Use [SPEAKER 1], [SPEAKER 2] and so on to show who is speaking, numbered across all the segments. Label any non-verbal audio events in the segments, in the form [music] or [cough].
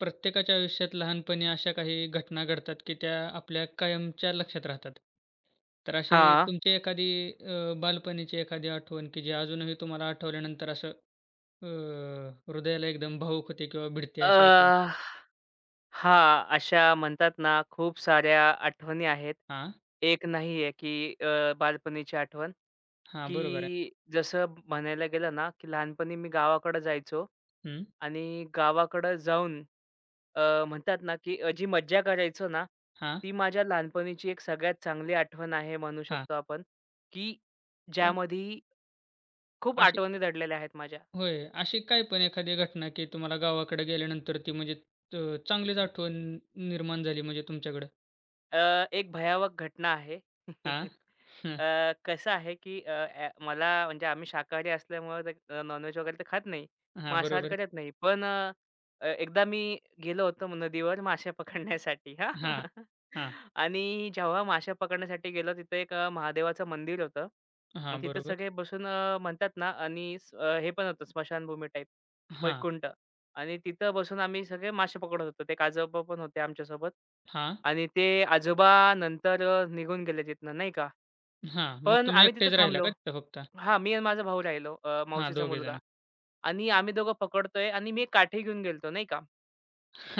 [SPEAKER 1] प्रत्येकाच्या आयुष्यात लहानपणी अशा काही घटना घडतात, की त्या आपल्या कायमच्या लक्षात राहतात. तर अशी
[SPEAKER 2] हां.
[SPEAKER 1] तुमची एखादी बालपणीची एखादी आठवण, की जी अजूनही तुम्हाला आठवल्यानंतर असं अ, हृदयाला एकदम भावूक होते किंवा भिडते
[SPEAKER 2] अ,
[SPEAKER 1] अशी आठवण?
[SPEAKER 2] हां, अशा म्हणतात ना, खूप साऱ्या आठवणी आहेत.
[SPEAKER 1] हां,
[SPEAKER 2] एक नाही आहे, की बालपणीची आठवण,
[SPEAKER 1] हां, बरोबर आहे.
[SPEAKER 2] की जसं म्हणायला गेलं ना, की लहानपणी मी गावाकडं जायचो
[SPEAKER 1] हं,
[SPEAKER 2] आणि गावाकडं जाऊन म्हणतात ना, की जी मज्जा करायचो ना,
[SPEAKER 1] हां,
[SPEAKER 2] ती माझ्या लहानपणीची एक सगळ्यात चांगली आठवण आहे म्हणू
[SPEAKER 1] हां.
[SPEAKER 2] शकतो आपण, की
[SPEAKER 1] पण
[SPEAKER 2] ज्यामध्ये खूप
[SPEAKER 1] अशी
[SPEAKER 2] आठवणी दडलेल्या आहेत माझ्या.
[SPEAKER 1] होय, अशी काय पण एखादी घटना, की तुम्हाला गावाकडे गेल्यानंतर ती म्हणजे अ, चांगलीच आठवण निर्माण झाली म्हणजे तुमच्याकडं?
[SPEAKER 2] एक भयावक घटना आहे.
[SPEAKER 1] हां,
[SPEAKER 2] [laughs]
[SPEAKER 1] हं,
[SPEAKER 2] कसं आहे की अ, अ, मला म्हणजे आम्ही शाकाहारी असल्यामुळं ते नॉनव्हेज वगैरे तर खात नाही.
[SPEAKER 1] हां,
[SPEAKER 2] मांसाहार
[SPEAKER 1] बरोबर.
[SPEAKER 2] करत नाही. पण अ, अ, एकदा मी गेलो होतो नदीवर मासे पकडण्यासाठी हां.
[SPEAKER 1] हां,
[SPEAKER 2] [laughs]
[SPEAKER 1] हां,
[SPEAKER 2] आणि जेव्हा मासे पकडण्यासाठी गेलो तिथे एक महादेवाचं मंदिर होतं. अन्
[SPEAKER 1] हां,
[SPEAKER 2] तिथं सगळे
[SPEAKER 1] बरोबर.
[SPEAKER 2] बसून म्हणतात ना आणि हे पण होतं स्मशानभूमी टाईप
[SPEAKER 1] हां,
[SPEAKER 2] वैकुंठ. आणि तिथं बसून आम्ही सगळे मासे पकडत होतो. ते आजोबा पण होते आमच्यासोबत
[SPEAKER 1] हां.
[SPEAKER 2] आणि ते आजोबा नंतर निघून गेले तिथनं नाही का.
[SPEAKER 1] हां, मग
[SPEAKER 2] पण
[SPEAKER 1] तुम्ही
[SPEAKER 2] आम्ही तिथे
[SPEAKER 1] एकटेच राहिला
[SPEAKER 2] थांबलो.
[SPEAKER 1] का तिथं फक्त?
[SPEAKER 2] हां, मी आणि माझा भाऊ राहिलो
[SPEAKER 1] हां,
[SPEAKER 2] मावशीचा
[SPEAKER 1] दोघे
[SPEAKER 2] मुलगा
[SPEAKER 1] जण.
[SPEAKER 2] आणि आम्ही दोघं पकडतोय आणि मी एक काठी घेऊन गेलतो नाही का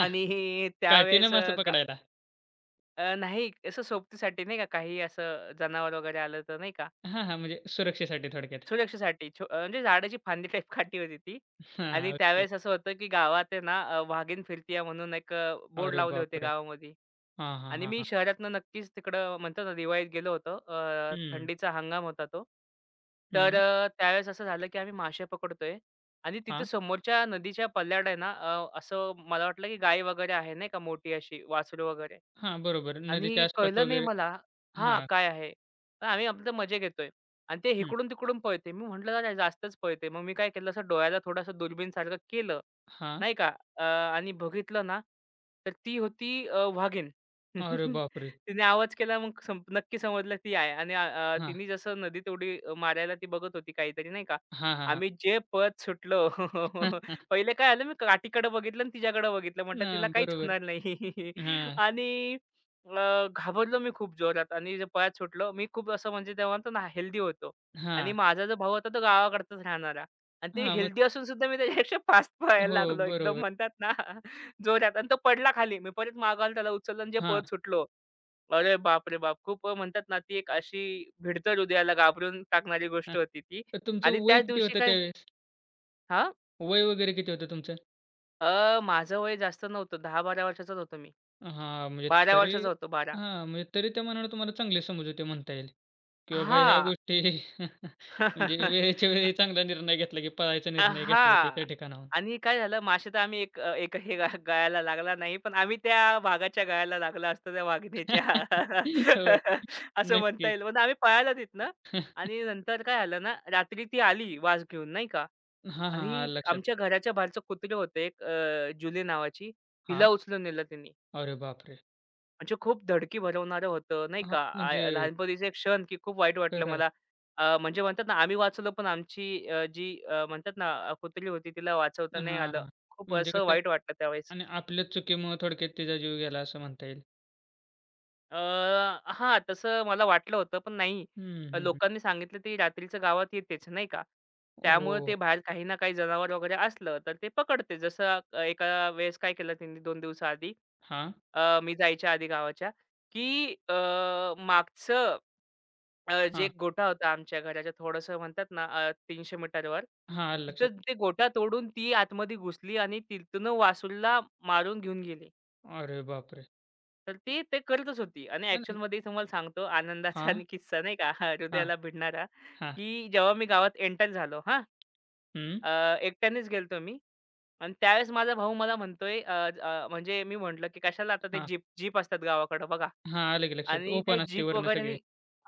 [SPEAKER 2] आणि [laughs]
[SPEAKER 1] काठीनं
[SPEAKER 2] त्यावेळेस
[SPEAKER 1] मासे पकडायला?
[SPEAKER 2] नाही असं सोबतीसाठी नाही का, काही असं जनावर वगैरे आलं तर नाही का,
[SPEAKER 1] हां, हां, म्हणजे सुरक्षेसाठी थोडक्यात.
[SPEAKER 2] सुरक्षेसाठी म्हणजे झाडाची फांदी टाईप [laughs] काठी होती ती आणि
[SPEAKER 1] हां, ओके.
[SPEAKER 2] त्यावेळेस असं होतं, की गावात आहे ना वाघीण फिरतीये म्हणून एक बोर्ड
[SPEAKER 1] अरे
[SPEAKER 2] लावले होते
[SPEAKER 1] बापरे!
[SPEAKER 2] गावामध्ये.
[SPEAKER 1] हां, हां,
[SPEAKER 2] आणि
[SPEAKER 1] हां,
[SPEAKER 2] मी
[SPEAKER 1] हां.
[SPEAKER 2] शहरातनं नक्कीच तिकडं म्हणतात ना, दिवाळीत गेलो होतो.
[SPEAKER 1] हं,
[SPEAKER 2] थंडीचा हंगाम होता तो. तर
[SPEAKER 1] हं.
[SPEAKER 2] त्यावेळेस असं झालं, की आम्ही मासे पकडतोय आणि तिथे
[SPEAKER 1] हां,
[SPEAKER 2] समोरच्या नदीच्या पल्याड आहे ना, असं मला वाटलं, की गाय वगैरे आहे नाही का मोठी अशी वासरू वगैरे.
[SPEAKER 1] हां, बरोबर.
[SPEAKER 2] आणि
[SPEAKER 1] नदीच्या आसपास
[SPEAKER 2] कळलं नाही
[SPEAKER 1] वगैरे
[SPEAKER 2] मला हां,
[SPEAKER 1] हां,
[SPEAKER 2] काय आहे? तर आम्ही आपले मजे घेतोय आणि ते
[SPEAKER 1] हं.
[SPEAKER 2] इकडून-तिकडून पळते. मी म्हटलं, "अरे, जास्तच पळते." मग मी काय केलं, असं डोळ्याला थोडंसं दुर्बीनसारखं केलं,
[SPEAKER 1] हां.
[SPEAKER 2] नाही का? आणि बघितलं ना, तर ती होती वाघीण.
[SPEAKER 1] अरे
[SPEAKER 2] [laughs]
[SPEAKER 1] बापरे!
[SPEAKER 2] तिने आवाज केला, मग नक्की समजलं ती आहे आणि अ, अ,
[SPEAKER 1] हां,
[SPEAKER 2] तिने जसं नदीत उडी मारायला ती बघत होती काहीतरी, नाही का?
[SPEAKER 1] हां, हां, हां.
[SPEAKER 2] आम्ही जे पळत सुटलो. [laughs]
[SPEAKER 1] [laughs]
[SPEAKER 2] पहिले काय झालं, मी काठीकडे बघितलं आणि तिच्याकडे बघितलं. म्हटलं, "तिला
[SPEAKER 1] हां,
[SPEAKER 2] काहीच
[SPEAKER 1] बरोबर.
[SPEAKER 2] होणार नाही." [laughs]
[SPEAKER 1] हां,
[SPEAKER 2] आणि घाबरलो मी खूप जोरात आणि जे पळत सुटलो. मी खूप असं म्हणजे तेव्हा म्हणतो ना हेल्दी होतो आणि
[SPEAKER 1] हां,
[SPEAKER 2] माझा जो भाऊ होता तो गावाकडचाच राहणारा आणि ते
[SPEAKER 1] हां, मग
[SPEAKER 2] हेल्दी असून सुद्धा मी त्याच्यापेक्षा फास्ट पळायला
[SPEAKER 1] हो,
[SPEAKER 2] लागलो. एकदम
[SPEAKER 1] बरोबर.
[SPEAKER 2] म्हणतात ना [laughs] जोरात आणि तो पडला खाली. मी परत मागायला त्याला उचललं आणि जे
[SPEAKER 1] हां,
[SPEAKER 2] पळत सुटलो. अरे बापरे बाप! खूप म्हणतात ना ती एक अशी भिडतं हृदयाला घाबरून टाकणारी गोष्ट
[SPEAKER 1] हां.
[SPEAKER 2] होती ती
[SPEAKER 1] तर
[SPEAKER 2] आणि
[SPEAKER 1] तुमचं वय
[SPEAKER 2] त्याच
[SPEAKER 1] किती
[SPEAKER 2] दिवशी
[SPEAKER 1] होतं
[SPEAKER 2] काय
[SPEAKER 1] त्यावेळेस?
[SPEAKER 2] हां,
[SPEAKER 1] वय वगैरे किती होतं तुमचं?
[SPEAKER 2] माझं वय जास्त नव्हतं. 10-12 वर्षाचाच होतो मी.
[SPEAKER 1] हां, म्हणजे
[SPEAKER 2] 12
[SPEAKER 1] तरी
[SPEAKER 2] वर्षाचा होतो 12.
[SPEAKER 1] हां, म्हणजे तरी त्या मनाला तुम्हाला चांगली समज होती म्हणता येईल, की बाबा ह्या
[SPEAKER 2] हां.
[SPEAKER 1] गोष्टी [laughs] म्हणजे
[SPEAKER 2] [laughs]
[SPEAKER 1] वेळेच्या वेळी चांगला निर्णय घेतला, की पळायचा निर्णय घेतला ते त्या
[SPEAKER 2] हां.
[SPEAKER 1] ठिकाणाहून.
[SPEAKER 2] आणि काय झालं मासे तर आम्ही एकही गळाला लागला नाही. पण आम्ही त्या वाघाच्या गळाला लागला असतो त्या
[SPEAKER 1] [laughs]
[SPEAKER 2] वाघिणीच्या.
[SPEAKER 1] हो,
[SPEAKER 2] [laughs] असं म्हणता
[SPEAKER 1] नक्कीच.
[SPEAKER 2] येईल. पण आम्ही पळालो तिथनं
[SPEAKER 1] [laughs]
[SPEAKER 2] आणि नंतर काय झालं ना, रात्री ती आली वास घेऊन नाही का
[SPEAKER 1] हां, हां,
[SPEAKER 2] आणि
[SPEAKER 1] हां, लक्षात.
[SPEAKER 2] आमच्या घराच्या बाहेरचं कुत्रे होते एक जुली नावाची, तिला
[SPEAKER 1] हां,
[SPEAKER 2] उचलून नेलं तिनी.
[SPEAKER 1] अरे बापरे!
[SPEAKER 2] म्हणजे खूप धडकी भरवणारं होतं, नाही
[SPEAKER 1] हां,
[SPEAKER 2] का?
[SPEAKER 1] म्हणजे
[SPEAKER 2] आ लहानपणीचे एक क्षण, की खूप वाईट वाटलं
[SPEAKER 1] खरं आहे.
[SPEAKER 2] मला. म्हणजे म्हणतात ना, आम्ही वाचलो, पण आमची जी म्हणतात ना, कुत्री होती, तिला वाचवता नाही आलं.
[SPEAKER 1] हां,
[SPEAKER 2] खूप
[SPEAKER 1] म्हणजे
[SPEAKER 2] असं
[SPEAKER 1] कसं
[SPEAKER 2] वाईट वाटलं त्यावेळेस.
[SPEAKER 1] आणि आपल्याच चुकीमुळं थोडक्यात तिचा जीव गेला असं म्हणता येईल.
[SPEAKER 2] अ, हां, तसं मला वाटलं होतं, पण नाही.
[SPEAKER 1] हं,
[SPEAKER 2] अं,
[SPEAKER 1] हं, हं.
[SPEAKER 2] लोकांनी सांगितलं, "ती रात्रीचं गावात येतेच," नाही का?
[SPEAKER 1] हो.
[SPEAKER 2] त्यामुळे ते बाहेर काही ना काही जनावर वगैरे असलं, तर ते पकडते. जसं एका वेळेस काय केलं त्यांनी 2 दिवसाआधी,
[SPEAKER 1] हां,
[SPEAKER 2] मी जायच्या आधी गावाच्या, की मागचं जे
[SPEAKER 1] हां,
[SPEAKER 2] एक गोठा होता आमच्या घराच्या थोडंसं म्हणतात ना 300 मीटरवर.
[SPEAKER 1] हां, लक्षात.
[SPEAKER 2] तिथं ते गोठा तोडून ती आतमध्ये घुसली आणि तिथून वासूला मारून घेऊन गेली.
[SPEAKER 1] अरे बापरे!
[SPEAKER 2] तर ती ते करतच होती आणि
[SPEAKER 1] नाही, नाही.
[SPEAKER 2] ॲक्चुअलमध्ये तुम्हाला सांगतो आनंदाचा
[SPEAKER 1] हां,
[SPEAKER 2] आणि किस्सा नाही का [laughs] हा
[SPEAKER 1] हां,
[SPEAKER 2] हृदयाला भिडणारा,
[SPEAKER 1] हां.
[SPEAKER 2] की जेव्हा मी गावात एंटर झालो हां.
[SPEAKER 1] हं.
[SPEAKER 2] अ, एकट्यानेच गेलतो मी आणि त्यावेळेस माझा भाऊ मला म्हणतोय अ, अ, म्हणजे मी म्हटलं, की "कशाला आता ते जीप जीप असतात गावाकडं बघा."
[SPEAKER 1] हां, आलं की लक्षात.
[SPEAKER 2] आणि त्या
[SPEAKER 1] ओपन असते
[SPEAKER 2] जीप
[SPEAKER 1] वरनं सगळे.
[SPEAKER 2] वगैरेनी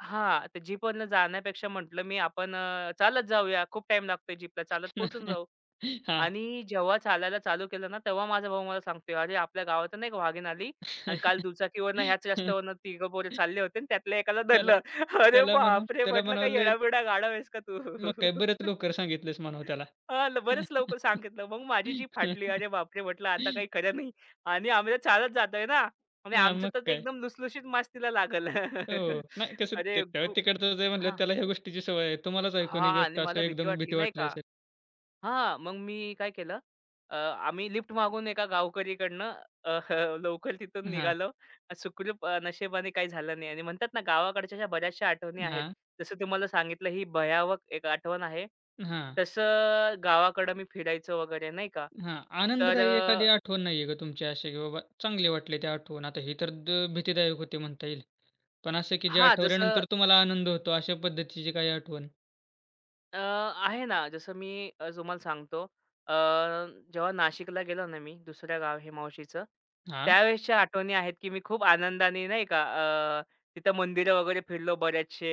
[SPEAKER 2] हां, त्या जीपवरनं जाण्यापेक्षा म्हटलं मी आपण चालत जाऊया. खूप टाईम लागतोय जीपला, चालत पोहचून जाऊ.
[SPEAKER 1] [laughs] हां.
[SPEAKER 2] आणि जेव्हा चालायला चालू केलं ना, तेव्हा माझा भाऊ मला सांगतोय, "अरे, आपल्या गावातून नाही का वाघीण आली आणि काल दुचाकीवरनं ह्याच
[SPEAKER 1] [laughs]
[SPEAKER 2] रस्त्यावरनं तिघं पोरं चालले होते आणि त्यातल्या एकाला
[SPEAKER 1] त्याला
[SPEAKER 2] धरलं." [laughs] अरे
[SPEAKER 1] त्याला म्हणा
[SPEAKER 2] बापरे!
[SPEAKER 1] त्याला
[SPEAKER 2] म्हटलं, "काय
[SPEAKER 1] म्हणावले
[SPEAKER 2] येडा गाढव आहेस का तू?"
[SPEAKER 1] मग काय बरंच
[SPEAKER 2] [laughs]
[SPEAKER 1] लवकर सांगितलंस म्हणावं त्याला.
[SPEAKER 2] अ, ल बरेच लवकर सांगितलं. मग माझी जीभ फाटली.
[SPEAKER 1] [laughs]
[SPEAKER 2] अरे बापरे! म्हटलं आता काही खरं नाही आणि आम्ही तर चालत जातोय ना आणि
[SPEAKER 1] हां,
[SPEAKER 2] आमचं
[SPEAKER 1] मग
[SPEAKER 2] तर
[SPEAKER 1] काय.
[SPEAKER 2] एकदम लुसलुशीत मास्तीला लागलं.
[SPEAKER 1] हो.
[SPEAKER 2] [laughs]
[SPEAKER 1] नाही कसं
[SPEAKER 2] अरे
[SPEAKER 1] ते त्या
[SPEAKER 2] खूप
[SPEAKER 1] तिकडचं जे म्हणलं
[SPEAKER 2] हां,
[SPEAKER 1] त्याला ह्या गोष्टीची सवय आहे. तुम्हालाच ऐकून ही
[SPEAKER 2] हां आणि
[SPEAKER 1] गोष्ट असं
[SPEAKER 2] मला भीती
[SPEAKER 1] एकदम
[SPEAKER 2] वाटली
[SPEAKER 1] भीती
[SPEAKER 2] नाही
[SPEAKER 1] वाटली
[SPEAKER 2] का?
[SPEAKER 1] असेल.
[SPEAKER 2] हां, मग मी काय केलं आम्ही लिफ्ट मागून एका गावकरीकडनं अ, [laughs] लवकर तिथून
[SPEAKER 1] हां,
[SPEAKER 2] निघालो. सुखरूप नशिबाने काही झालं नाही आणि म्हणतात ना, गावाकडच्या ज्या बऱ्याचशा आठवणी आहेत.
[SPEAKER 1] हां,
[SPEAKER 2] जसं तुम्हाला सांगितलं ही भयावह एक आठवण आहे.
[SPEAKER 1] हां,
[SPEAKER 2] तसं गावाकडं मी फिरायचो वगैरे नाही का.
[SPEAKER 1] हां.
[SPEAKER 2] तर
[SPEAKER 1] आनंददायी एखादी आठवण नाहीये का तुमची अशी, की बाबा चांगली वाटली ती आठवण? आता ही तर द भीतीदायक होती म्हणता येईल. पण असं की जे
[SPEAKER 2] हां, जसं
[SPEAKER 1] आठवल्यानंतर तुम्हाला आनंद होतो अशा पद्धतीची काही आठवण?
[SPEAKER 2] आहे ना, जसं मी तुम्हाला सांगतो. अ, जेव्हा नाशिकला गेलो ना मी, दुसऱ्या गाव हे मावशीचं.
[SPEAKER 1] हां.
[SPEAKER 2] त्यावेळेसच्या आठवणी आहेत, की मी खूप आनंदाने नाही का तिथं मंदिरं वगैरे फिरलो बरेचसे,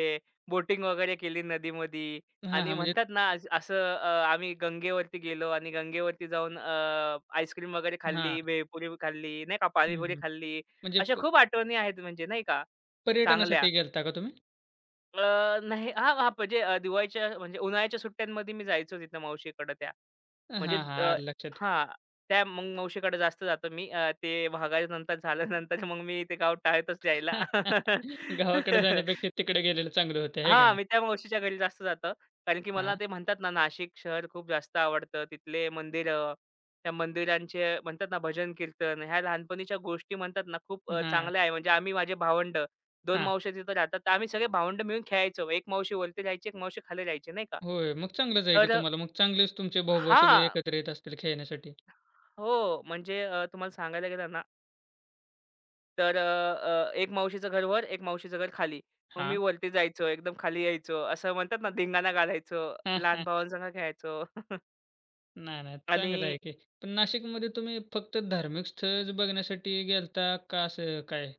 [SPEAKER 2] बोटिंग वगैरे केली नदीमध्ये
[SPEAKER 1] हां,
[SPEAKER 2] आणि
[SPEAKER 1] हां. म्हणजे
[SPEAKER 2] म्हणतात ना, असं आम्ही गंगेवरती गेलो आणि गंगेवरती जाऊन आईस्क्रीम वगैरे
[SPEAKER 1] हां.
[SPEAKER 2] खाल्ली, भेळपुरी खाल्ली, नाही का,
[SPEAKER 1] हं,
[SPEAKER 2] पाणीपुरी
[SPEAKER 1] हं.
[SPEAKER 2] खाल्ली.
[SPEAKER 1] म्हणजे
[SPEAKER 2] अशा
[SPEAKER 1] प
[SPEAKER 2] खूप आठवणी आहेत म्हणजे नाही का, चांगल्या.
[SPEAKER 1] पर्यटनासाठी गेलता का तुम्ही?
[SPEAKER 2] अ, नाही. हां, हां. म्हणजे दिवाळीच्या म्हणजे उन्हाळ्याच्या सुट्ट्यांमध्ये मी जायचो तिथं मावशीकडं त्या.
[SPEAKER 1] हां,
[SPEAKER 2] म्हणजे
[SPEAKER 1] हां. आलं लक्षात.
[SPEAKER 2] हां. त्या मग मावशीकडे जास्त जातो मी. ते भागायनंतर झाल्यानंतर मग मी ते गाव टाळतच जायला.
[SPEAKER 1] [laughs] गावाकडे
[SPEAKER 2] [laughs]
[SPEAKER 1] जाण्यापेक्षा तिकडे गेलेलं चांगलं होतं, आहे का
[SPEAKER 2] हां,
[SPEAKER 1] नाही?
[SPEAKER 2] मी त्या मावशीच्या घरी जास्त जातं. कारण की मला
[SPEAKER 1] हां,
[SPEAKER 2] ते म्हणतात ना, नाशिक शहर खूप जास्त आवडतं. तिथले मंदिरं, त्या मंदिरांचे म्हणतात ना, भजन कीर्तन ह्या लहानपणीच्या गोष्टी म्हणतात ना, खूप
[SPEAKER 1] हां,
[SPEAKER 2] चांगल्या आहे. म्हणजे आम्ही माझे भावंड 2
[SPEAKER 1] हां.
[SPEAKER 2] मावश्या तिथं राहतात. तर आम्ही सगळे भावंड मिळून खेळायचो. एक मावशी वरती राहायची, एक मावशी खाली राहायची नाही का.
[SPEAKER 1] होय. मग चांगलंच आहे की
[SPEAKER 2] तर
[SPEAKER 1] तुम्हाला. मग चांगलेच तुमचे भाऊ-भाऊ सगळे एकत्र येत असतील खेळण्यासाठी.
[SPEAKER 2] हो, म्हणजे तुम्हाला सांगायला गेलं ना, तर अ, अ, एक मावशीचं घर वर, एक मावशीचं घर खाली. मग मी
[SPEAKER 1] हां.
[SPEAKER 2] वरती जायचो, एकदम खाली यायचो. असं म्हणतात ना, धिंगाणा घालायचो, लहान
[SPEAKER 1] [laughs]
[SPEAKER 2] भावांसंग खेळायचो.
[SPEAKER 1] नाही, नाही.
[SPEAKER 2] आणि
[SPEAKER 1] चांगलं आहे की. पण नाशिकमध्ये तुम्ही फक्त धार्मिक स्थळच बघण्यासाठी गेलता का असं काय?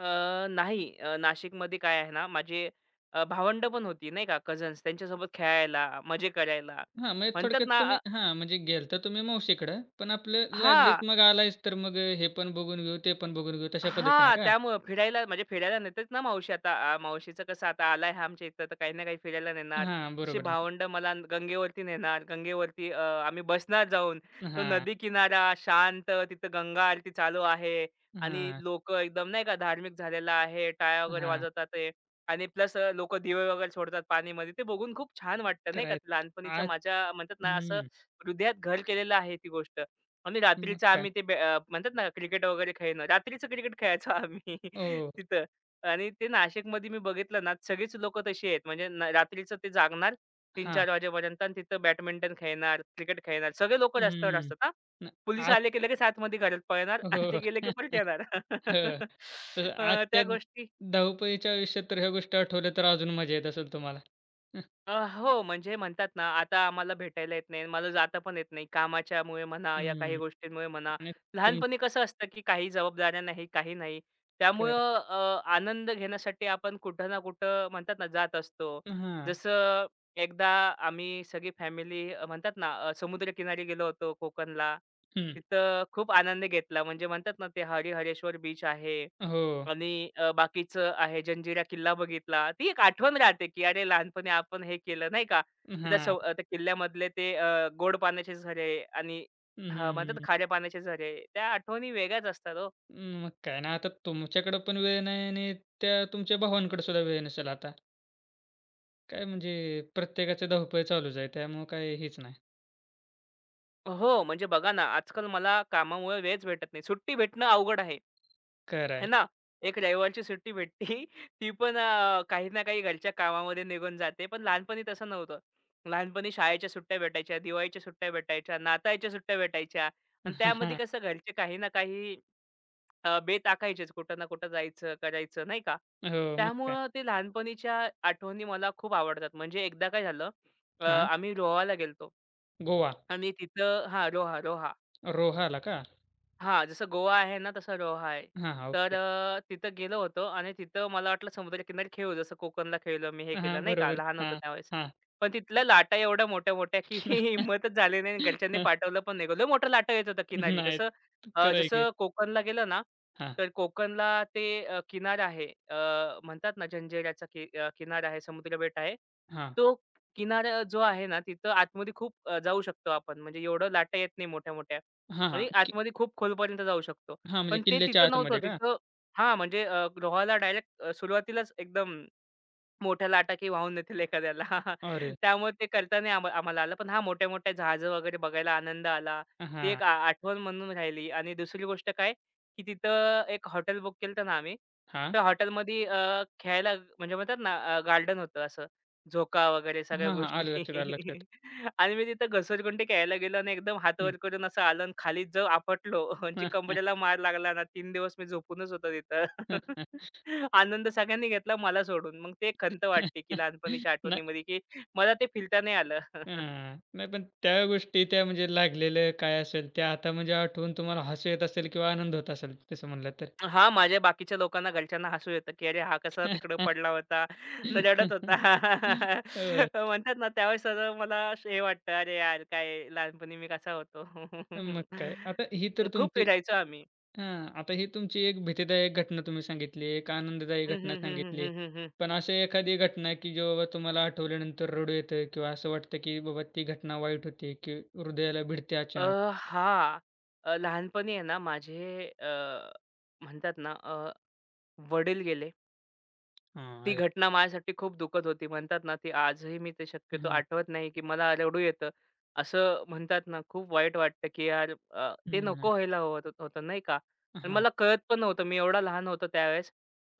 [SPEAKER 2] अ, नाही नाशिकमध्ये काय आहे ना, माझे भावंड पण होती नाही का, कझन्स त्यांच्यासोबत खेळायला, मजे करायला
[SPEAKER 1] हां, म्हणजे
[SPEAKER 2] म्हणतात
[SPEAKER 1] थोडक्यात
[SPEAKER 2] ना
[SPEAKER 1] तुम्ही हां, म्हणजे गेलता तुम्ही मावशीकडं, पण आपलं
[SPEAKER 2] हां,
[SPEAKER 1] लागलीच मग आलायच तर मग हे पण बघून घेऊ, ते पण बघून घेऊ तशा पद्धतीनं
[SPEAKER 2] हां,
[SPEAKER 1] का?
[SPEAKER 2] त्यामुळं फिरायला म्हणजे फिरायला नेतेच ना मावशी आता. आ, मावशीचं कसं आता आलाय हा आमच्या इथं, तर काही ना काही फिरायला नेणार.
[SPEAKER 1] हां,
[SPEAKER 2] तशी
[SPEAKER 1] बरोबर.
[SPEAKER 2] भावंडं मला गंगेवरती नेणार. गंगेवरती आम्ही बसणार जाऊन. तो
[SPEAKER 1] हां,
[SPEAKER 2] नदी किनारा शांत, तिथं गंगा आरती चालू आहे आणि
[SPEAKER 1] हां,
[SPEAKER 2] लोकं एकदम नाही का धार्मिक झालेला आहे. टाळ्या वगैरे
[SPEAKER 1] हां.
[SPEAKER 2] वाजवतात आहे आणि प्लस लोकं दिवे वगैरे सोडतात पाणीमध्ये. ते बघून खूप छान वाटतं नाही का. ते
[SPEAKER 1] करायचं
[SPEAKER 2] लहानपणीचं
[SPEAKER 1] आज
[SPEAKER 2] माझ्या म्हणतात ना, असं
[SPEAKER 1] हं.
[SPEAKER 2] हृदयात घर केलेलं आहे ती गोष्ट. आणि
[SPEAKER 1] मग
[SPEAKER 2] रात्रीचं
[SPEAKER 1] काय?
[SPEAKER 2] आम्ही ते म्हणतात ना क्रिकेट वगैरे खेळणं. रात्रीचं क्रिकेट खेळायचो आम्ही [laughs]
[SPEAKER 1] हो.
[SPEAKER 2] तिथं आणि ते नाशिकमध्ये मी बघितलं ना, सगळीच लोकं तशी आहेत. म्हणजे रात्रीचं ते जागणार
[SPEAKER 1] हां.
[SPEAKER 2] 3-4 वाजेपर्यंत आणि तिथं बॅडमिंटन खेळणार, क्रिकेट खेळणार. सगळे लोकं रस्त्यावर
[SPEAKER 1] हं.
[SPEAKER 2] असतात हां.
[SPEAKER 1] न
[SPEAKER 2] पोलीस
[SPEAKER 1] आज
[SPEAKER 2] आले की लगेच आतमध्ये घरात पळणार आणि ते
[SPEAKER 1] हो.
[SPEAKER 2] गेले की परत येणार.
[SPEAKER 1] हो.
[SPEAKER 2] [laughs]
[SPEAKER 1] [laughs] तर
[SPEAKER 2] अ, त्या
[SPEAKER 1] आजच्या
[SPEAKER 2] गोष्टी
[SPEAKER 1] धावपळीच्या आयुष्यात तर ह्या गोष्टी आठवल्या तर अजून मजा येत असेल तुम्हाला.
[SPEAKER 2] हो, म्हणजे म्हणतात ना, आता आम्हाला भेटायला येत नाही आणि मला जाता पण येत नाही. कामाच्यामुळे म्हणा या काही
[SPEAKER 1] हं.
[SPEAKER 2] गोष्टींमुळे म्हणा.
[SPEAKER 1] आणि तुमचं
[SPEAKER 2] लहानपणी कसं असतं, की काही जबाबदाऱ्या नाही, काही नाही. त्यामुळं आनंद घेण्यासाठी आपण कुठं ना कुठं म्हणतात ना, जात असतो.
[SPEAKER 1] हां.
[SPEAKER 2] जसं एकदा आम्ही सगळी फॅमिली म्हणतात ना, समुद्रकिनारी गेलो होतो कोकणला.
[SPEAKER 1] हं.
[SPEAKER 2] तिथं खूप आनंद घेतला. म्हणजे म्हणतात ना, ते हरिहरेश्वर बीच आहे.
[SPEAKER 1] हो.
[SPEAKER 2] आणि बाकीचं आहे जंजिरा किल्ला बघितला. ती एक आठवण राहते, की अरे लहानपणी आपण हे केलं नाही का. तिथं
[SPEAKER 1] हां.
[SPEAKER 2] त्या किल्ल्यामधले ते गोड पाण्याचे झरे आणि हां, म्हणतात
[SPEAKER 1] हं.
[SPEAKER 2] ना खाऱ्या पाण्याचे झरे. त्या आठवणी वेगळ्याच असतात हो.
[SPEAKER 1] मग काय ना, आता तुमच्याकडे पण वेळ नाही आणि त्या तुमच्या भावांकडे सुद्धा वेळ नसेल आता. काय म्हणजे प्रत्येकाचं धावपळ चालूच आहे. त्यामुळं काय हेच नाही.
[SPEAKER 2] हो, म्हणजे बघा ना, आजकाल मला कामामुळे वेळच भेटत नाही. सुट्टी भेटणं अवघड आहे.
[SPEAKER 1] खरं
[SPEAKER 2] है
[SPEAKER 1] आहे.
[SPEAKER 2] ना? एक रविवारची सुट्टी भेटती. [laughs] ती पण काही ना काही घरच्या कामामध्ये निघून जाते. पण लहानपणी तसं नव्हतं. लहानपणी शाळेच्या सुट्ट्या भेटायच्या, दिवाळीच्या सुट्ट्या भेटायच्या, नाताळच्या सुट्ट्या भेटायच्या आणि त्यामध्ये
[SPEAKER 1] [laughs]
[SPEAKER 2] कसं घरचे काही ना काही बेत आखायचेच. कुठं ना कुठं जायचं, करायचं नाही का?
[SPEAKER 1] हो, मग काय.
[SPEAKER 2] त्यामुळं ते लहानपणीच्या आठवणी मला खूप आवडतात. म्हणजे एकदा काय झालं
[SPEAKER 1] हां,
[SPEAKER 2] आम्ही रोहाला गेलो
[SPEAKER 1] गोवा,
[SPEAKER 2] आणि तिथं हां, रोहा.
[SPEAKER 1] रोहाला का?
[SPEAKER 2] हां, जसं गोवा आहे ना, तसं रोहा आहे.
[SPEAKER 1] हां, हां,
[SPEAKER 2] तर
[SPEAKER 1] ओके.
[SPEAKER 2] तिथं गेलो होतो आणि तिथं मला वाटलं समुद्रकिनारी खेळू, जसं कोकणला खेळलो मी, हे
[SPEAKER 1] हां,
[SPEAKER 2] केलं नाही का,
[SPEAKER 1] बरोबर.
[SPEAKER 2] लहान होतो
[SPEAKER 1] हां,
[SPEAKER 2] त्यावेळेस.
[SPEAKER 1] हां.
[SPEAKER 2] पण तिथल्या लाटा एवढ्या मोठ्या-मोठ्या की [laughs] हिंमतच झाली नाही आणि घरच्यांनी
[SPEAKER 1] [laughs]
[SPEAKER 2] पाठवलं पण नाही. लय मोठं लाटा येत होतं किनारी.
[SPEAKER 1] नाही,
[SPEAKER 2] कसं
[SPEAKER 1] खरं आहे की.
[SPEAKER 2] जसं कोकणला गेलं ना,
[SPEAKER 1] हां,
[SPEAKER 2] तर कोकणला ते किनारा आहे म्हणतात ना जंजिऱ्याचा किनारा आहे, समुद्रबेट आहे.
[SPEAKER 1] हां,
[SPEAKER 2] तो किनारा जो आहे ना, तिथं आतमध्ये खूप जाऊ शकतो आपण. म्हणजे एवढं लाटा येत नाही मोठ्या-मोठ्या.
[SPEAKER 1] हां, हां.
[SPEAKER 2] आणि
[SPEAKER 1] की
[SPEAKER 2] आतमध्ये खूप खोलपर्यंत जाऊ शकतो.
[SPEAKER 1] हां, म्हणजे
[SPEAKER 2] पण ते
[SPEAKER 1] किल्ल्याच्या
[SPEAKER 2] तिथं नव्हतं.
[SPEAKER 1] आतमध्ये का?
[SPEAKER 2] तिथं हां, म्हणजे रोहाला डायरेक्ट सुरुवातीलाच एकदम मोठ्या लाटाकी वाहून नेतील एखाद्याला. [laughs]
[SPEAKER 1] अरे!
[SPEAKER 2] त्यामुळे ते करता नाही आम्हाला आलं. पण हां, मोठ्या-मोठ्या जहाज़ वगैरे बघायला आनंद आला.
[SPEAKER 1] हां,
[SPEAKER 2] ते
[SPEAKER 1] हां,
[SPEAKER 2] एक आठवण म्हणून राहिली आणि दुसरी गोष्ट काय, की तिथं एक हॉटेल बुक केलं होतं ना आम्ही. त्या हॉटेलमध्ये खेळायला म्हणजे म्हणतात ना गार्डन होतं असं. झोका वगैरे सगळ्या
[SPEAKER 1] हां, हां.
[SPEAKER 2] गोष्टी.
[SPEAKER 1] आलं लक्षात, आलं लक्षात.
[SPEAKER 2] [laughs] आणि मी तिथं घसरगुंडी खेळायला गेलो आणि एकदम हात
[SPEAKER 1] हं.
[SPEAKER 2] वर करून असं आलो आणि खाली जो आपटलो [laughs] म्हणजे कंबरेला मार लागला ना 3 दिवस मी झोपूनच होतो तिथं. [laughs] आनंद सगळ्यांनी घेतला मला सोडून. मग ते खंत वाटते, की
[SPEAKER 1] [laughs]
[SPEAKER 2] लहानपणीच्या
[SPEAKER 1] नाही,
[SPEAKER 2] आठवणीमध्ये, की मला ते फिरता नाही आलं. [laughs]
[SPEAKER 1] हां. नाही पण त्या गोष्टी त्या म्हणजे लागलेलं काय असेल त्या आता म्हणजे आठवून तुम्हाला हसू येत असेल किंवा आनंद होत असेल तसं म्हणलं तर.
[SPEAKER 2] हां, माझ्या बाकीच्या लोकांना घरच्यांना हसू येतं, की "अरे, हा कसा तिकडं पडला होता, न रडत होता."
[SPEAKER 1] [laughs] होय.
[SPEAKER 2] [laughs] म्हणतात ना, त्यावेळेस सगळं मला असं हे वाटतं, "अरे यार, काय लहानपणी मी कसा होतो."
[SPEAKER 1] मग काय. आता ही तर
[SPEAKER 2] [laughs] खूप
[SPEAKER 1] तुमची
[SPEAKER 2] फिरायचो आम्ही.
[SPEAKER 1] हां. आता ही तुमची एक भीतीदायक घटना तुम्ही सांगितली, एक आनंददायी
[SPEAKER 2] हं,
[SPEAKER 1] घटना
[SPEAKER 2] हं, हं, हं,
[SPEAKER 1] सांगितली.
[SPEAKER 2] हं, हं, हं.
[SPEAKER 1] पण अशी एखादी घटना की जी बाबा तुम्हाला आठवल्यानंतर रडू येतं किंवा असं वाटतं की बाबा ती घटना वाईट होती की हृदयाला भिडते
[SPEAKER 2] अ,
[SPEAKER 1] अचानक?
[SPEAKER 2] हां, लहानपणी आहे ना, माझे म्हणतात ना, वडील गेले.
[SPEAKER 1] हां.
[SPEAKER 2] ती
[SPEAKER 1] अरे
[SPEAKER 2] घटना माझ्यासाठी खूप दुखत होती. म्हणतात ना, ती आजही मी ते शक्यतो
[SPEAKER 1] हां.
[SPEAKER 2] आठवत नाही, की मला रडू येतं. असं म्हणतात ना, खूप वाईट वाटतं, की यार ते
[SPEAKER 1] हं,
[SPEAKER 2] नको
[SPEAKER 1] नाही.
[SPEAKER 2] व्हायला होत होतं नाही का?
[SPEAKER 1] हां,
[SPEAKER 2] आणि
[SPEAKER 1] हां.
[SPEAKER 2] मला कळत पण नव्हतं. मी एवढा लहान होतो त्यावेळेस.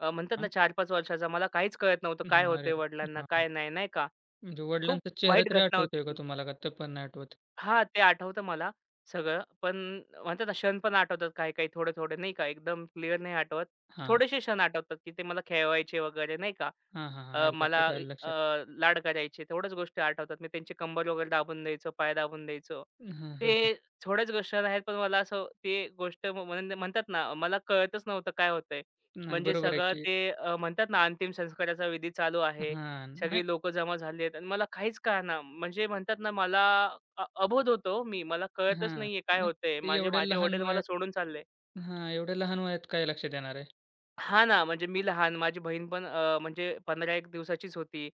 [SPEAKER 2] म्हणतात ना 4-5 वर्षाचा. मला काहीच कळत नव्हतं. काय
[SPEAKER 1] हां. अरे
[SPEAKER 2] होतंय वडिलांना,
[SPEAKER 1] हां.
[SPEAKER 2] काय नाही, नाही का?
[SPEAKER 1] म्हणजे
[SPEAKER 2] खूप
[SPEAKER 1] वडिलांचा चेहरा
[SPEAKER 2] वाईट
[SPEAKER 1] तरी
[SPEAKER 2] घटना होती
[SPEAKER 1] आठवतोय का
[SPEAKER 2] ती.
[SPEAKER 1] तुम्हाला? का ते पण नाही आठवत?
[SPEAKER 2] हां, ते आठवतं मला सगळं. पण म्हणतात ना, क्षण पण आठवतात काही-काही थोडे-थोडे नाही का? एकदम क्लिअर नाही आठवत.
[SPEAKER 1] हां.
[SPEAKER 2] थोडेसे क्षण आठवतात, की ते मला खेळवायचे वगैरे नाही का?
[SPEAKER 1] हां, हां, हां.
[SPEAKER 2] अ,
[SPEAKER 1] आलं लक्षात,
[SPEAKER 2] मला इ
[SPEAKER 1] आलं
[SPEAKER 2] अ,
[SPEAKER 1] लक्षात.
[SPEAKER 2] लाड करायचे. तेवढ्याच गोष्टी आठवतात. मी त्यांची कंबर वगैरे दाबून द्यायचो, पाय दाबून द्यायचो.
[SPEAKER 1] हां, हां, हां.
[SPEAKER 2] ते थोड्याच गोष्टी आहेत, पण मला असं ते गोष्ट म म्हण म्हणतात ना, मला कळतच नव्हतं काय होतंय.
[SPEAKER 1] नाही
[SPEAKER 2] म्हणजे
[SPEAKER 1] बरोबर आहे
[SPEAKER 2] सगळं
[SPEAKER 1] की
[SPEAKER 2] ते म्हणतात ना, अंतिम संस्काराचा विधी चालू आहे.
[SPEAKER 1] हां. नाही
[SPEAKER 2] सगळी लोकं जमा झाली आहेत आणि मला काहीच कळेना. म्हणजे म्हणतात ना, मला अबोध होतो मी. मला कळतच
[SPEAKER 1] हां.
[SPEAKER 2] नाहीये काय
[SPEAKER 1] नाही
[SPEAKER 2] होतंय.
[SPEAKER 1] ते
[SPEAKER 2] माझे
[SPEAKER 1] एवढ्या
[SPEAKER 2] माझे
[SPEAKER 1] लहान
[SPEAKER 2] वडील मला
[SPEAKER 1] वयात
[SPEAKER 2] सोडून चालले.
[SPEAKER 1] हां, एवढ्या लहान वयात काय लक्षात येणार आहे?
[SPEAKER 2] हां ना, म्हणजे मी लहान, माझी बहीण पण म्हणजे 15-1 दिवसाचीच होती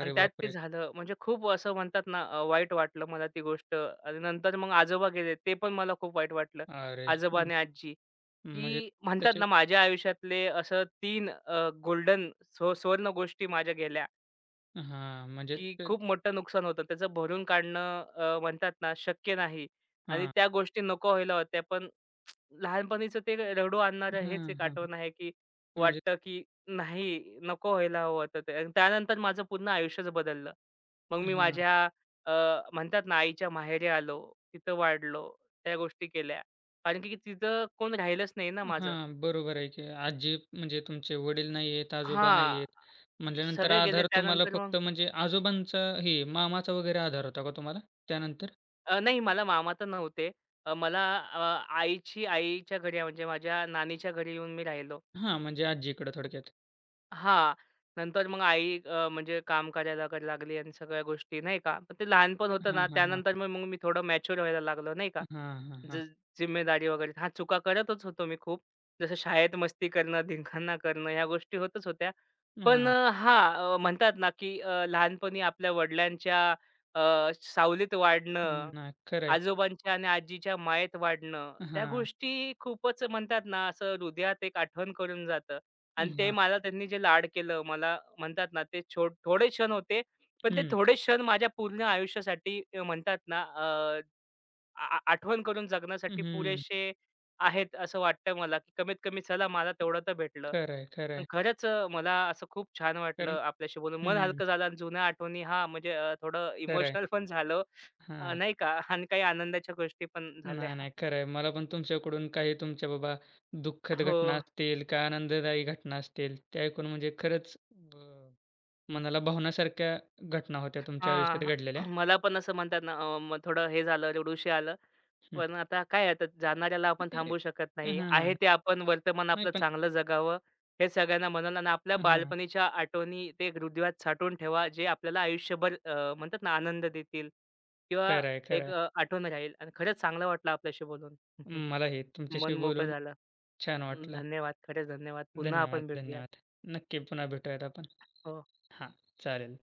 [SPEAKER 2] आणि त्यात ते
[SPEAKER 1] बापरे!
[SPEAKER 2] झालं. म्हणजे खूप असं म्हणतात ना, वाईट वाटलं मला ती गोष्ट आणि नंतर मग आजोबा गेले. ते पण मला खूप वाईट वाटलं.
[SPEAKER 1] अरे!
[SPEAKER 2] आजोबा
[SPEAKER 1] हं,
[SPEAKER 2] आणि आजी,
[SPEAKER 1] म्हणजे
[SPEAKER 2] की म्हणतात
[SPEAKER 1] त्याचे
[SPEAKER 2] ना, माझ्या आयुष्यातले असं 3 गोल्डन सुवर्ण गोष्टी माझ्या गेल्या,
[SPEAKER 1] हां, म्हणजे
[SPEAKER 2] की
[SPEAKER 1] ते
[SPEAKER 2] खूप मोठं नुकसान होतं. त्याचं भरून काढणं म्हणतात ना, शक्य नाही आणि
[SPEAKER 1] हां.
[SPEAKER 2] त्या गोष्टी नको व्हायला होत्या. पण लहानपणीचं ते रडू आणणारं हेच
[SPEAKER 1] हां,
[SPEAKER 2] एक
[SPEAKER 1] हां.
[SPEAKER 2] आठवण आहे, की
[SPEAKER 1] म्हणजे
[SPEAKER 2] वाटतं, की नाही, नको व्हायला हवं होतं ते. आणि त्यानंतर माझं पूर्ण आयुष्यच बदललं. मग मी
[SPEAKER 1] हां.
[SPEAKER 2] माझ्या अ, म्हणतात ना, आईच्या माहेरी आलो, तिथं वाढलो, त्या गोष्टी केल्या. कारण की तिथं कोण राहिलंच नाही ना माझं.
[SPEAKER 1] हां, बरोबर आहे की आजी म्हणजे तुमचे वडील नाही आहेत, आजोबा नाही
[SPEAKER 2] हां,
[SPEAKER 1] आहेत. म्हटल्यानंतर
[SPEAKER 2] सगळे गेले.
[SPEAKER 1] आधार तुम्हाला
[SPEAKER 2] त्यानंतर मग
[SPEAKER 1] फक्त म्हणजे आजोबांचा हे मामाचा वगैरे आधार होता का तुम्हाला? त्यानंतर?
[SPEAKER 2] नाही, मला मामा तर नव्हते. अ, मला अ, आईची आईच्या घरी म्हणजे माझ्या नानीच्या घरी येऊन मी राहिलो.
[SPEAKER 1] हां, म्हणजे आजीकडं थोडक्यात.
[SPEAKER 2] हां. नंतर मग आई म्हणजे काम करायला कर लागली आणि सगळ्या गोष्टी नाही का. पण ते लहानपण होतं
[SPEAKER 1] हां,
[SPEAKER 2] ना,
[SPEAKER 1] हां, हां.
[SPEAKER 2] त्यानंतर मग मग मी थोडं मॅच्युअर व्हायला लागलो नाही का.
[SPEAKER 1] हां, हां,
[SPEAKER 2] ज
[SPEAKER 1] हां.
[SPEAKER 2] जिम्मेदारी वगैरे. हां, चुका करतच होतो मी खूप. जसं शाळेत मस्ती करणं, धिंगाणा करणं ह्या गोष्टी होतच होत्या. पण
[SPEAKER 1] हां.
[SPEAKER 2] म्हणतात ना, की लहानपणी आपल्या वडिलांच्या अ, सावलीत वाढणं,
[SPEAKER 1] नाही खरं आहे.
[SPEAKER 2] आजोबांच्या आणि आजीच्या मायेत वाढणं, त्या
[SPEAKER 1] हां.
[SPEAKER 2] गोष्टी खूपच म्हणतात ना, असं हृदयात एक आठवण करून जातं. आणि ते
[SPEAKER 1] हां.
[SPEAKER 2] मला त्यांनी जे लाड केलं, मला म्हणतात ना, ते थोडे क्षण होते. पण ते
[SPEAKER 1] हं.
[SPEAKER 2] थोडे क्षण माझ्या पूर्ण आयुष्यासाठी म्हणतात ना, आ आ आठवण करून जगण्यासाठी
[SPEAKER 1] हं.
[SPEAKER 2] पुरेसे आहेत असं वाटतं मला, की कमीत कमी चला मला तेवढं तर भेटलं.
[SPEAKER 1] खरं आहे, खरं
[SPEAKER 2] पण
[SPEAKER 1] आहे.
[SPEAKER 2] खरंच मला असं खूप छान
[SPEAKER 1] कारण
[SPEAKER 2] वाटलं आपल्याशी बोलून. मन
[SPEAKER 1] हं.
[SPEAKER 2] हलकं झालं आणि जुन्या आठवणी हां, म्हणजे थोडं
[SPEAKER 1] खरं आहे.
[SPEAKER 2] इमोशनल पण झालो,
[SPEAKER 1] हां.
[SPEAKER 2] नाही का आणि काही आनंदाच्या गोष्टी पण झाल्या.
[SPEAKER 1] नाही, नाही खरं आहे. मला पण तुमच्याकडून काही तुमच्या बाबा दुःखद
[SPEAKER 2] हो.
[SPEAKER 1] घटना असतील का आनंददायी घटना असतील, ते ऐकून म्हणजे खरंच अ मनाला भावण्यासारख्या घटना होत्या तुमच्या आयुष्यात
[SPEAKER 2] हां.
[SPEAKER 1] घडलेल्या?
[SPEAKER 2] [clears throat] मला पण असं म्हणतात ना, मग थोडं हे झालं, रडूशी आलं.
[SPEAKER 1] हं.
[SPEAKER 2] पण आता काय आता जाणाऱ्याला आपण
[SPEAKER 1] एक
[SPEAKER 2] थांबवू शकत नाही. आहे
[SPEAKER 1] हां.
[SPEAKER 2] ते आपण वर्तमान
[SPEAKER 1] नाही
[SPEAKER 2] आपलं
[SPEAKER 1] पण
[SPEAKER 2] चांगलं जगावं, हे सगळ्यांना म्हणाल आणि आपल्या
[SPEAKER 1] हां.
[SPEAKER 2] बालपणीच्या आठवणी ते एक हृदयात साठवून ठेवा, जे आपल्याला आयुष्यभर म्हणतात ना आनंद देतील किंवा
[SPEAKER 1] खरं आहे, खरं
[SPEAKER 2] एक
[SPEAKER 1] आहे.
[SPEAKER 2] आठवण राहील आणि खरंच चांगलं वाटलं आपल्याशी बोलून. [laughs]
[SPEAKER 1] मलाही तुमच्याशी
[SPEAKER 2] मन मोकळं
[SPEAKER 1] बोलून
[SPEAKER 2] झालं.
[SPEAKER 1] छान
[SPEAKER 2] अं,
[SPEAKER 1] वाटलं.
[SPEAKER 2] धन्यवाद. खरंच धन्यवाद. पुन्हा
[SPEAKER 1] धन्यवाद,
[SPEAKER 2] आपण भेटूयात.
[SPEAKER 1] धन्यवाद. नक्की पुन्हा भेटूयात आपण.
[SPEAKER 2] हो.
[SPEAKER 1] हां, चालेल.